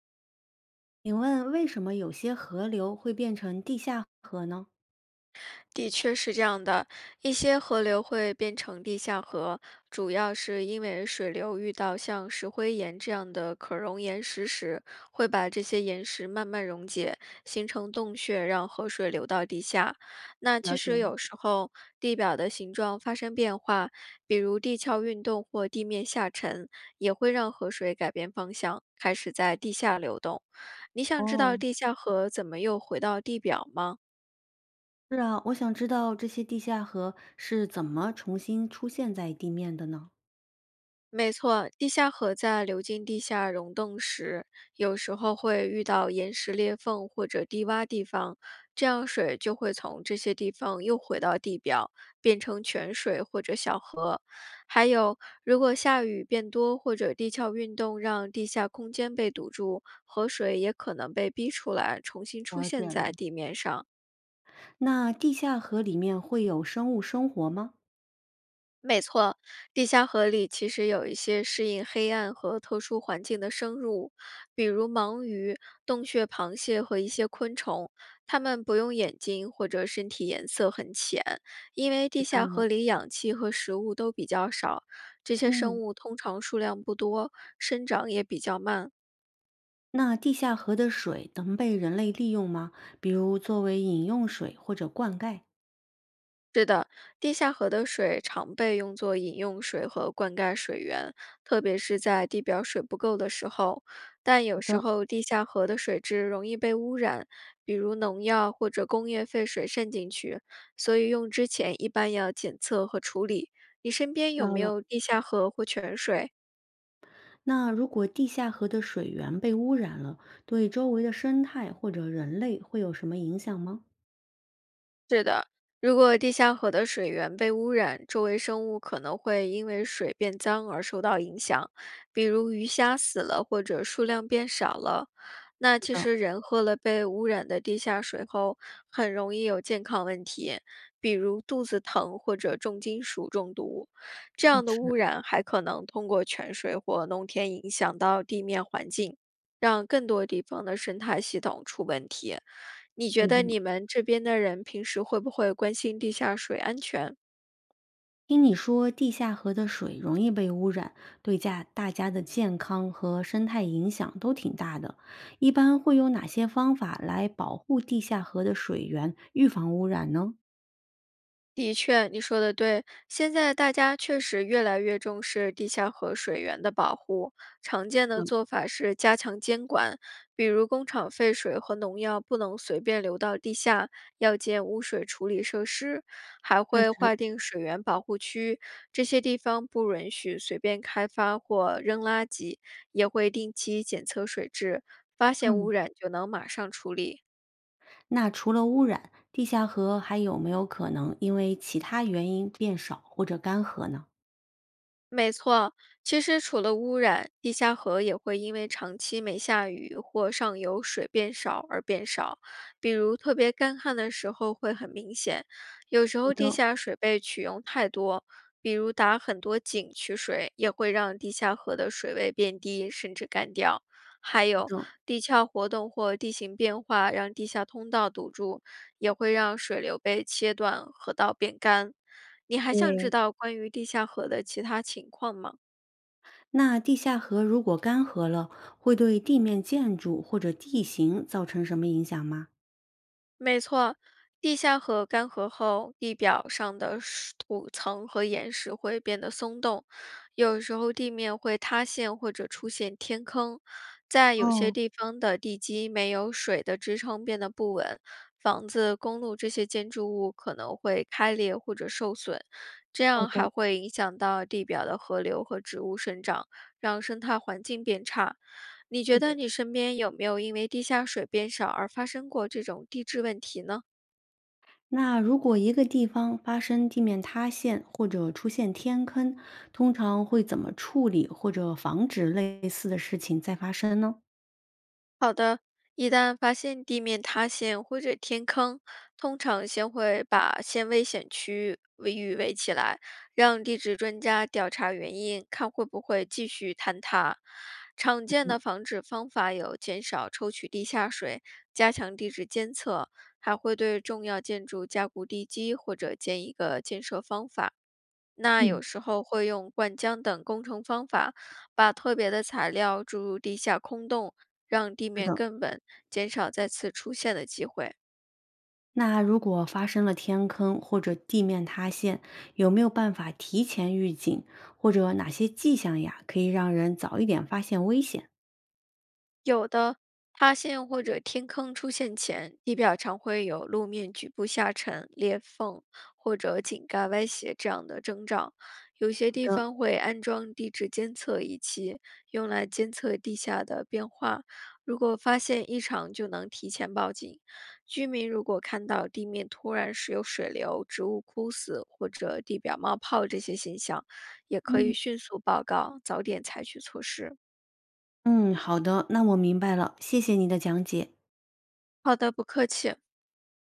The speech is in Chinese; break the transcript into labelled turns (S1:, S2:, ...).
S1: 请问为什么有些河流会变成地下河呢？
S2: 的确是这样的，一些河流会变成地下河，主要是因为水流遇到像石灰岩这样的可溶岩石时，会把这些岩石慢慢溶解，形成洞穴，让河水流到地下。那
S1: 了
S2: 其
S1: 解。
S2: 实有时候地表的形状发生变化，比如地壳运动或地面下沉，也会让河水改变方向，开始在地下流动。你想知
S1: 哦，
S2: 道地下河怎么又回到地表吗？
S1: 是啊，我想知道这些地下河是怎么重新出现在地面的呢？
S2: 没错，地下河在流进地下溶洞时，有时候会遇到岩石裂缝或者低洼地方，这样水就会从这些地方又回到地表，变成泉水或者小河。还有，如果下雨变多或者地壳运动让地下空间被堵住，河水也可能被逼出来，重新出
S1: 了解
S2: 现
S1: 了，
S2: 在地面上。
S1: 那地下河里面会有生物生活吗？
S2: 没错，地下河里其实有一些适应黑暗和特殊环境的生物，比如盲鱼、洞穴螃蟹和一些昆虫。它们不用眼睛或者身体颜色很浅，因为
S1: 知
S2: 地
S1: 道
S2: 下
S1: 了。
S2: 河里氧气和食物都比较少。这些生
S1: 嗯，
S2: 物通常数量不多，生长也比较慢。
S1: 那地下河的水能被人类利用吗？比如作为饮用水或者灌溉？
S2: 地下河的水常被用作饮用水和灌溉水源，特别是在地表水不够的时候。但有
S1: 好
S2: 时
S1: 的，
S2: 候地下河的水质容易被污染，比如农药或者工业废水渗进去，所以用之前一般要检测和处理。你身
S1: 知
S2: 边有
S1: 道
S2: 没
S1: 了。
S2: 有地下河或泉水？
S1: 那如果地下河的水源被污染了，对周围的生态或者人类会有什么影响吗？
S2: 是的，如果地下河的水源被污染，周围生物可能会因为水变脏而受到影响，比如鱼虾死了或者数量变少了。那
S1: 知
S2: 其
S1: 道。
S2: 实人喝了被污染的地下水后，很容易有健康问题，比如肚子疼或者重金属中毒。这
S1: 嗯
S2: 样的污
S1: 是，
S2: 染还可能通过泉水或农田影响到地面环境，让更多地方的生态系统出问题。你觉
S1: 对的。
S2: 得你们这边的人平时会不会关心地下水安全？
S1: 听你说地下河的水容易被污染，对家大家的健康和生态影响都挺大的。一般会用哪些方法来保护地下河的水源，预防污染呢？
S2: 的确，你说的对。现在大家确实越来越重视地下河水源的保护，常见的
S1: 嗯，
S2: 做法是加强监管，比如工厂废水和农药不能随便流到地下，要建污水处理设施，还
S1: 确
S2: 会
S1: 实，
S2: 划定水源保护区，这些地方不允许随便开发或扔垃圾，也会定期检测水质，发现
S1: 嗯。
S2: 污染就能马上处理。
S1: 那除了污染，地下河还有没有可能因为其他原因变少或者干涸呢？
S2: 没错，其实除了污染，地下河也会因为长期没下雨或上游水变少而变少。比如特别干旱的时候会很明显，有时候地下水被取用太多，比如打很多井取水，也会让地下河的水位变低，甚至干掉。还有
S1: 嗯，
S2: 地壳活动或地形变化，让地下通道堵住，也会让水流被切断，河道变干。你还想知
S1: 对。
S2: 道关于地下河的其他情况吗？
S1: 那地下河如果干涸了，会对地面建筑或者地形造成什么影响吗？
S2: 没错，地下河干涸后，地表上的石土层和岩石会变得松动，有时候地面会塌陷或者出现天坑。在有些
S1: 哦，
S2: 地方的地基没有水的支撑变得不稳，房子、公路这些建筑物可能会开裂或者受损，这
S1: 好
S2: 样
S1: 的。
S2: 还会影响到地表的河流和植物生长，让生态环境变差。你
S1: 是
S2: 觉得
S1: 的，
S2: 你身边有没有因为地下水变少而发生过这种地质问题呢？
S1: 那如果一个地方发生地面塌陷或者出现天坑，通常会怎么处理或者防止类似的事情再发生呢？
S2: 好的，一旦发现地面塌陷或者天坑，通常先会把先危险区域围起来，让地质专家调查原因，看会不会继续坍塌。常见的防止方法有减少抽取地下水、加强地质监测，还会对重要建筑加固地基或者建一个建设方法。那
S1: 嗯。
S2: 有时候会用灌浆等工程方法，把特别的材料注入地下空洞，让地
S1: 是
S2: 面
S1: 的，
S2: 更稳，减少再次出现的机会。
S1: 那如果发生了天坑或者地面塌陷，有没有办法提前预警，或者哪些迹象呀，可以让人早一点发现危险？
S2: 有的，塌陷或者天坑出现前，地表常会有路面局部下沉、裂缝或者井盖歪斜这样的征兆。有些地方会安装地质监测仪器，用来监测地下的变化。如果发现异常，就能提前报警。居民如果看到地面突然是有水流、植物枯死或者地表冒泡这些现象，也可
S1: 嗯，
S2: 以迅速报告，早点采取措施。
S1: 嗯，好的，那我明白了，谢谢你的讲解。
S2: 好的，不客气。